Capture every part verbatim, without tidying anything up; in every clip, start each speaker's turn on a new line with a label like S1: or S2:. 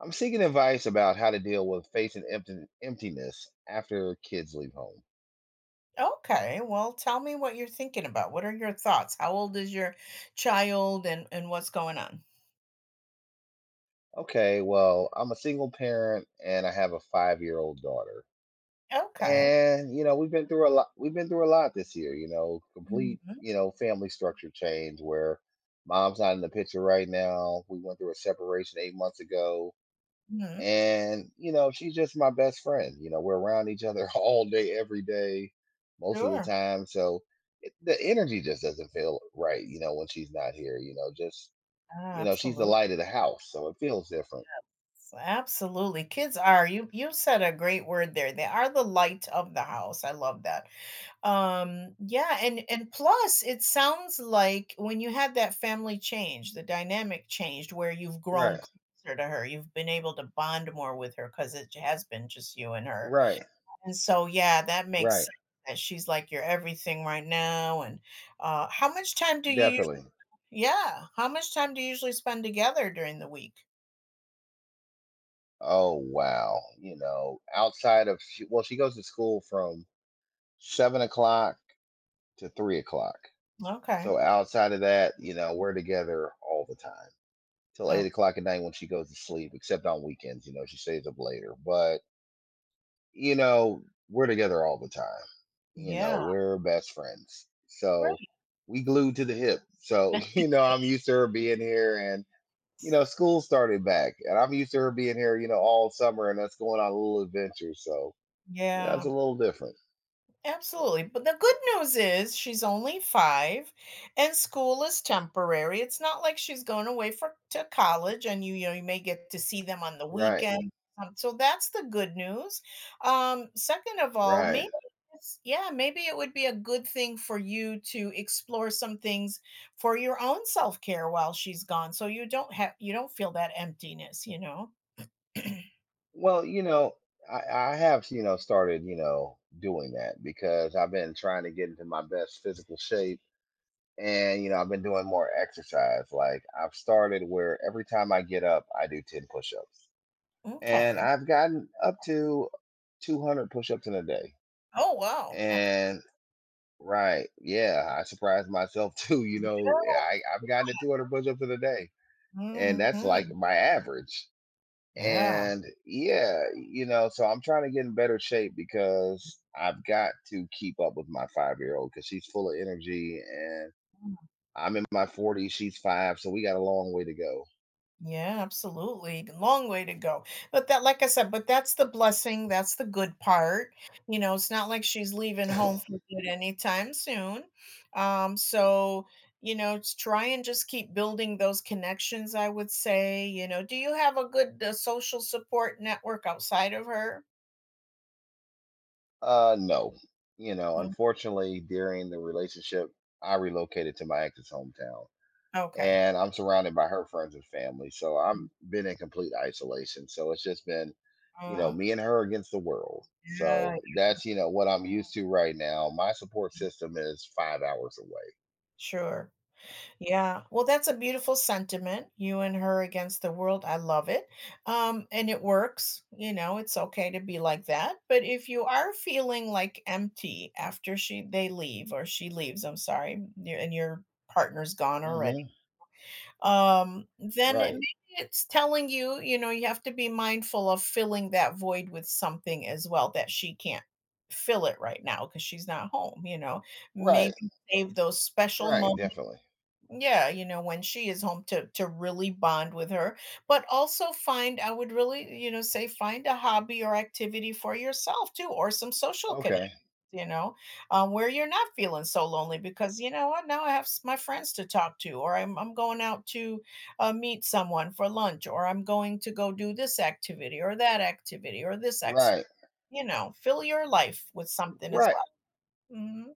S1: I'm seeking advice about how to deal with facing empty, emptiness after kids leave home.
S2: Okay, well, tell me what you're thinking about. What are your thoughts? How old is your child and and what's going on?
S1: Okay, well, I'm a single parent and I have a five-year-old daughter.
S2: Okay.
S1: And you know, we've been through a lot we've been through a lot this year, you know, complete,
S2: Mhm.
S1: you know, family structure change where mom's not in the picture right now. We went through a separation eight months ago.
S2: Mhm.
S1: And, you know, she's just my best friend. You know, we're around each other all day, every day, most of the
S2: Sure.
S1: time. So it, the energy just doesn't feel right, you know, when she's not here. You know, just, you know, she's the
S2: Absolutely.
S1: light of the house. So it feels different.
S2: Absolutely. Kids are you you said a great word there. They are the light of the house. I love that. Um yeah, and and plus it sounds like when you had that family change, the dynamic changed where you've grown
S1: Right,
S2: closer to her. You've been able to bond more with her cuz it has been just you and her.
S1: right,
S2: And so, yeah, that makes
S1: right.
S2: sense that she's like your everything right now. And uh, how much time do you? us-
S1: Definitely.
S2: Yeah, how much time do you usually spend together during the week?
S1: Oh, wow. You know, outside of, she, well, she goes to school from seven o'clock to three o'clock.
S2: Okay.
S1: So outside of that, you know, we're together all the time. Till
S2: Oh,
S1: eight o'clock at night when she goes to sleep, except on weekends. You know, she stays up later. But you know, we're together all the time. You know,
S2: yeah.
S1: we're best friends. So
S2: Great.
S1: we glued to the hip. So you know, I'm used to her being here, and you know, school started back, and I'm used to her being here. You know, all summer, and us going on little adventures. So you know,
S2: Yeah.
S1: it's a little different.
S2: Absolutely. But the good news is she's only five and school is temporary. It's not like she's going away for to college and you, you know you may get to see them on the
S1: Right.
S2: weekend. Um, so that's the good news. Um, second of all, maybe
S1: Right.
S2: it's- yeah, maybe it would be a good thing for you to explore some things for your own self-care while she's gone. So you don't have you don't feel that emptiness, you know?
S1: Well, you know, I, I have, you know, started, you know, doing that because I've been trying to get into my best physical shape. And you know, I've been doing more exercise, like, I've started where every time I get up I do ten push-ups, and
S2: Okay.
S1: I've gotten up to two hundred push-ups in a day.
S2: Oh, wow. Okay.
S1: And right, yeah, I surprised myself too. You know, I, i've gotten to two hundred push-ups in a day, and that's
S2: Hmm.
S1: like my average.
S2: Yeah.
S1: And yeah, you know, so I'm trying to get in better shape because I've got to keep up with my five year old because she's full of energy. I'm in my forties, she's five, so we got a long way to go.
S2: Yeah, absolutely. Long way to go. But that, like I said, but that's the blessing. That's the good part. You know, it's not like she's leaving home for good anytime soon. Um, so, you know, it's try and just keep building those connections, I would say. You know, do you have a good uh, social support network outside of her?
S1: Uh, no, you know,
S2: Mm.
S1: unfortunately, during the relationship, I relocated to my ex's hometown,
S2: Okay.
S1: and I'm surrounded by her friends and family. So I'm
S2: Mm.
S1: been in complete isolation. So it's just been, you know,
S2: Uh,
S1: me and her against the world.
S2: yeah,
S1: So that's, you know, what I'm used to right now. My support system is five hours
S2: sure. Yeah, well, that's a beautiful sentiment, you and her against the world, I love it, um, and it works, you know, it's okay to be like that, but if you are feeling, like, empty after she they leave or she leaves, I'm sorry, your and your partner's gone
S1: away.
S2: already,
S1: hmm
S2: um, then it
S1: Right.
S2: maybe it's telling you, you know, you have to be mindful of filling that void with something as well that she can't fill it right now because she's not home, you know?
S1: Right.
S2: Maybe save those special
S1: Right.
S2: moments,
S1: Definitely.
S2: yeah, you know, when she is home to to really bond with her, but also find I would really, you know, say find a hobby or activity for yourself too, or some social connect,
S1: Okay.
S2: you know, uh, where you're not feeling so lonely because you know what, now I have s- my friends to talk to, or I'm I'm going out to uh, meet someone for lunch, or I'm going to go do this activity or that activity or this exercise.
S1: Right.
S2: You know, fill your life with something as
S1: Right.
S2: well. Mhm.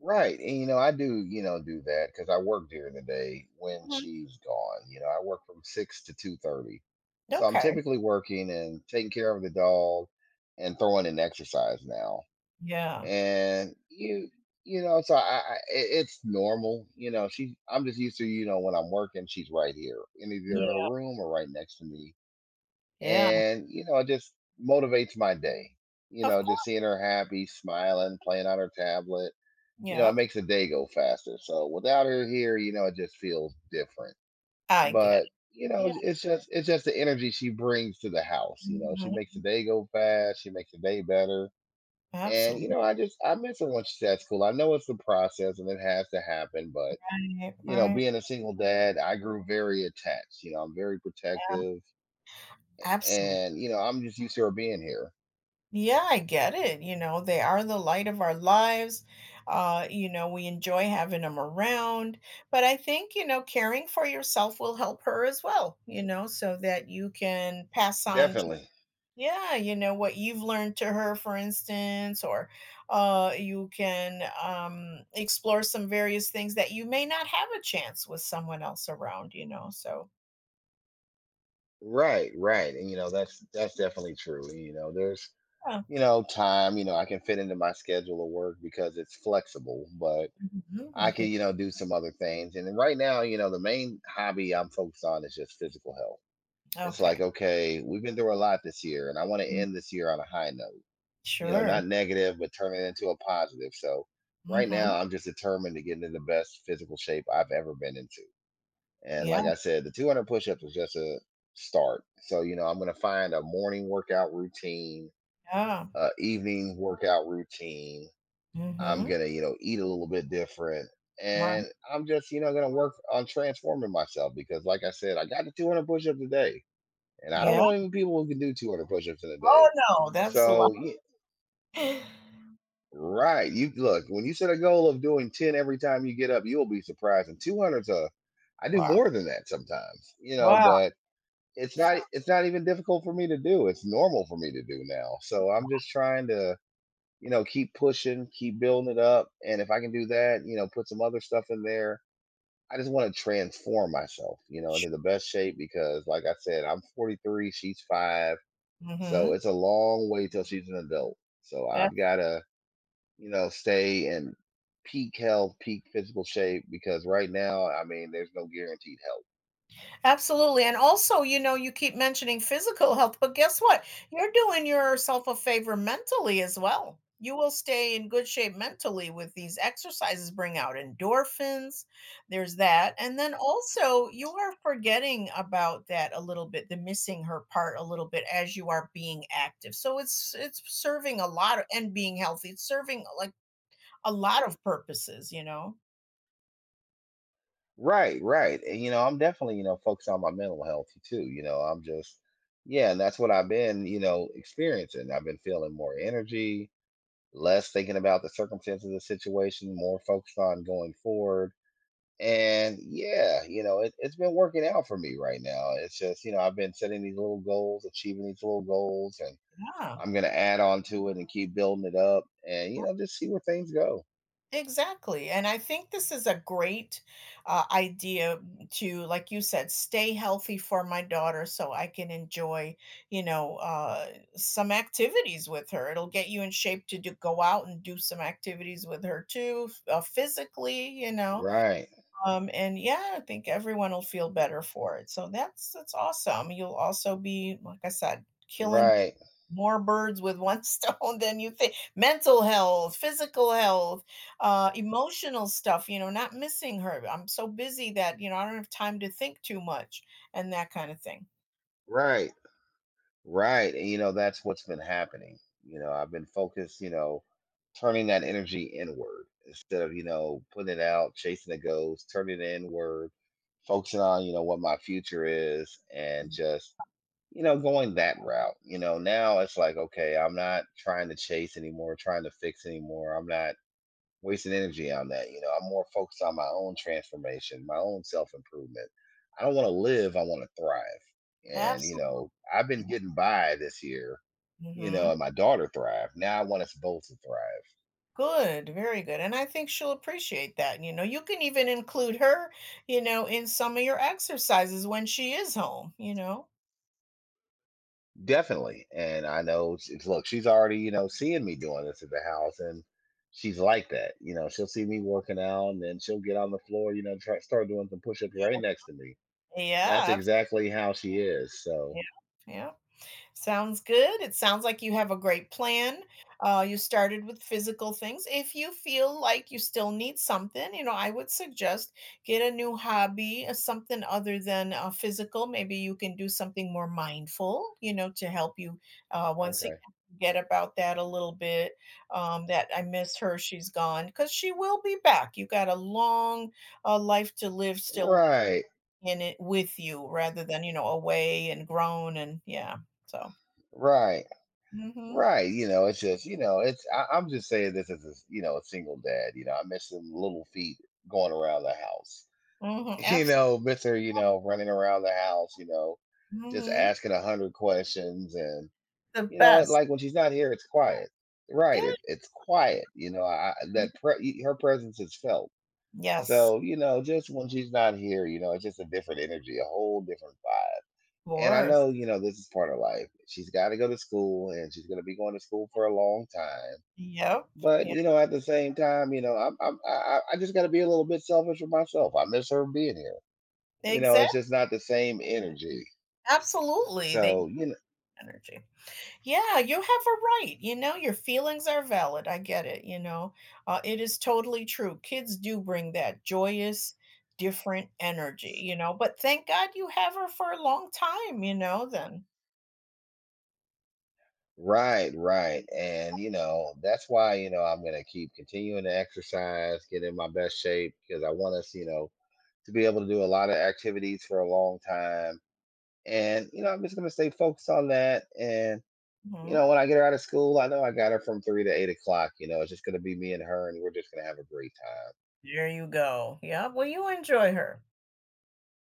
S1: Right. And you know, I do, you know, do that because I work during the day when
S2: Mhm.
S1: she's gone. You know, I work from six to two thirty. So I'm
S2: Okay.
S1: typically working and taking care of the dog and throwing in exercise now.
S2: Yeah.
S1: And you you know, so I, I i- it's normal. You know, she I'm just used to, you know, when I'm working, she's right here in either in her
S2: Yeah.
S1: room or right next to me.
S2: Yeah.
S1: And, you know, it just motivates my day. You
S2: Of
S1: know,
S2: course.
S1: just seeing her happy, smiling, playing on her tablet. You know, it
S2: Yeah.
S1: makes the day go faster. So without her here, you know, it just feels different.
S2: I get it.
S1: But you know,
S2: Yeah.
S1: it's just it's just the energy she brings to the house. You know, she makes
S2: Mhm.
S1: the day go fast. She makes the day better. And you
S2: Absolutely.
S1: know, I just I miss her when she's at school. I know it's the process and it has to happen, but
S2: Right,
S1: you know,
S2: right.
S1: being a single dad, I grew very attached. You know, I'm very protective,
S2: Absolute.
S1: and you know, I'm just used to her being here.
S2: Yeah, I get it, you know, they are the light of our lives, uh, you know, we enjoy having them around, but I think, you know, caring for yourself will help her as well, you know, so that you can pass on just
S1: Definitely.
S2: yeah, you know, what you've learned to her, for instance, or, uh, you can, um, explore some various things that you may not have a chance with someone else around, you know, so
S1: Right, right. And you know, that's that's definitely true. You know, there's,
S2: yeah.
S1: you know, time, you know, I can fit into my schedule of work because it's flexible, but
S2: Mhm,
S1: I can, you
S2: mhm.
S1: know, do some other things. And then right now, you know, the main hobby I'm focused on is just physical health. It's like,
S2: Okay.
S1: okay, we've been through a lot this year and I want to end this year on a high note, you know,
S2: Sure.
S1: not negative, but turn it into a positive. So right
S2: Mhm.
S1: now, I'm just determined to get into the best physical shape I've ever been into. And
S2: Yeah,
S1: like I said, the two hundred push was just a start. So, you know, I'm going to find a morning workout routine,
S2: yeah.
S1: uh, evening workout routine. I'm
S2: Mhm.
S1: gonna, you know, eat a little bit different,
S2: Right.
S1: and I'm just, you know, gonna work on transforming myself because, like I said, I got to two hundred push-ups a day, and I don't
S2: Yeah.
S1: know any people who can do two hundred push-ups in a day.
S2: Oh, no, that's a lot.
S1: So, yeah, right, you look, when you set a goal of doing ten every time you get up, you'll be surprised. And two hundred's a, I do
S2: Wow.
S1: more than that sometimes, you know,
S2: Wow.
S1: but it's not, it's not even difficult for me to do. It's normal for me to do now. So I'm just trying to, you know, keep pushing, keep building it up. And if I can do that, you know, put some other stuff in there. I just want to transform myself, you know, into
S2: Sure.
S1: the best shape because, like I said, I'm forty-three, she's five. So
S2: Mhm.
S1: it's a long way till she's an adult. So I've got to, you know, stay in peak health, peak physical shape because right now, I mean, there's no guaranteed health.
S2: Absolutely. And also, you know, you keep mentioning physical health, but guess what? You're doing yourself a favor mentally as well. You will stay in good shape mentally with these exercises, bring out endorphins. There's that. And then also, you are forgetting about that a little bit, the missing her part a little bit as you are being active. So it's it's serving a lot of, and being healthy, it's serving like a lot of purposes, you know.
S1: Right, right. And you know, I'm definitely, you know, focused on my mental health too. You know, I'm just, yeah, and that's what I've been, you know, experiencing. I've been feeling more energy, less thinking about the circumstances of the situation, more focused on going forward. And yeah, you know, it, it's been working out for me right now. It's just, you know, I've been setting these little goals, achieving these little goals, and
S2: Yeah.
S1: I'm gonna add on to it and keep building it up, and you know, just see where things go.
S2: Exactly. And I think this is a great uh, idea to, like you said, stay healthy for my daughter so I can enjoy, you know, uh, some activities with her. It'll get you in shape to do, go out and do some activities with her too, f- uh, physically, you know.
S1: Right,
S2: Um, and yeah, I think everyone will feel better for it. So that's that's awesome. You'll also be, like I said, killing
S1: right,
S2: more birds with one stone than you think. Mental health, physical health, uh, emotional stuff, you know, not missing her. I'm so busy that, you know, I don't have time to think too much and that kind of thing.
S1: right. Right. And you know, that's what's been happening. You know, I've been focused, you know, turning that energy inward instead of, you know, putting it out, chasing the ghost, turning it inward, focusing on, you know, what my future is and
S2: Mm.
S1: just, you know, going that route. You know, now it's like, okay, I'm not trying to chase anymore, trying to fix anymore. I'm not wasting energy on that. You know, I'm more focused on my own transformation, my own self improvement. I don't want to live, I want to thrive. And, you
S2: Absolutely.
S1: know, I've been getting by this year, you
S2: Hmm.
S1: know, and my daughter thrived. Now I want us both to thrive.
S2: Good, very good. And I think she'll appreciate that. You know, you can even include her, you know, in some of your exercises when she is home, you know.
S1: Definitely. And I know, it's, it's- look, she's already, you know, seeing me doing this at the house and she's like that. You know, she'll see me working out and then she'll get on the floor, you know, try, start doing some push ups
S2: Yeah.
S1: right next to me. That's
S2: Yeah. abs-
S1: exactly how she is. So,
S2: Yeah. Yeah. Sounds good. It sounds like you have a great plan. Uh, you started with physical things. If you feel like you still need something, you know, I would suggest get a new hobby, uh, something other than uh, physical. Maybe you can do something more mindful, you know, to help you uh, once again
S1: okay.
S2: forget about that a little bit. Um, that I miss her. She's gone because she will be back. You got a long uh, life to live still
S1: Right.
S2: in it with you rather than, you know, away and grown and yeah. So.
S1: Right.
S2: Mhm,
S1: Right, you know, it's just, you know, it's I, I'm just saying this as a, s- you know, a single dad, you know, I miss them little feet going around the house.
S2: mhm,
S1: You
S2: abs
S1: know, miss her, you know, running around the house, you know, just
S2: mhm,
S1: asking a hundred questions, and
S2: the
S1: you know, it,
S2: best.
S1: like when she's not here, it's quiet. Right,
S2: Yeah.
S1: it, it's quiet. You know, I I- that pre- her presence is felt.
S2: Yes,
S1: So, you know, just when she's not here, you know, it's just a different energy, a whole different vibe.
S2: of
S1: And I
S2: course.
S1: know, you know, this is part of life. She's got to go to school and she's going to be going to school for a long time.
S2: Yep,
S1: But,
S2: yeah,
S1: you know, at the same time, you know, I'm, I'm, I, I I just got to be a little bit selfish with myself. I miss her being here. You know, it's
S2: exactly.
S1: just not the same energy.
S2: Absolutely, they
S1: So,
S2: need
S1: you know,
S2: energy. Yeah, you have a right, you know, your feelings are valid, I get it, you know, uh, it is totally true, kids do bring that joyous, different energy, you know, but thank God you have her for a long time, you know, then.
S1: right, right. And, you know, that's why, you know, I'm going to keep continuing to exercise, get in my best shape because I want us, you know, to be able to do a lot of activities for a long time. And, you know, I'm just going to stay focused on that. And, you
S2: Mhm,
S1: know, when I get her out of school, I know I got her from three to eight o'clock. You know, it's just gonna be me and her, and we're just gonna have a great time.
S2: there you go, yeah, well, you enjoy her.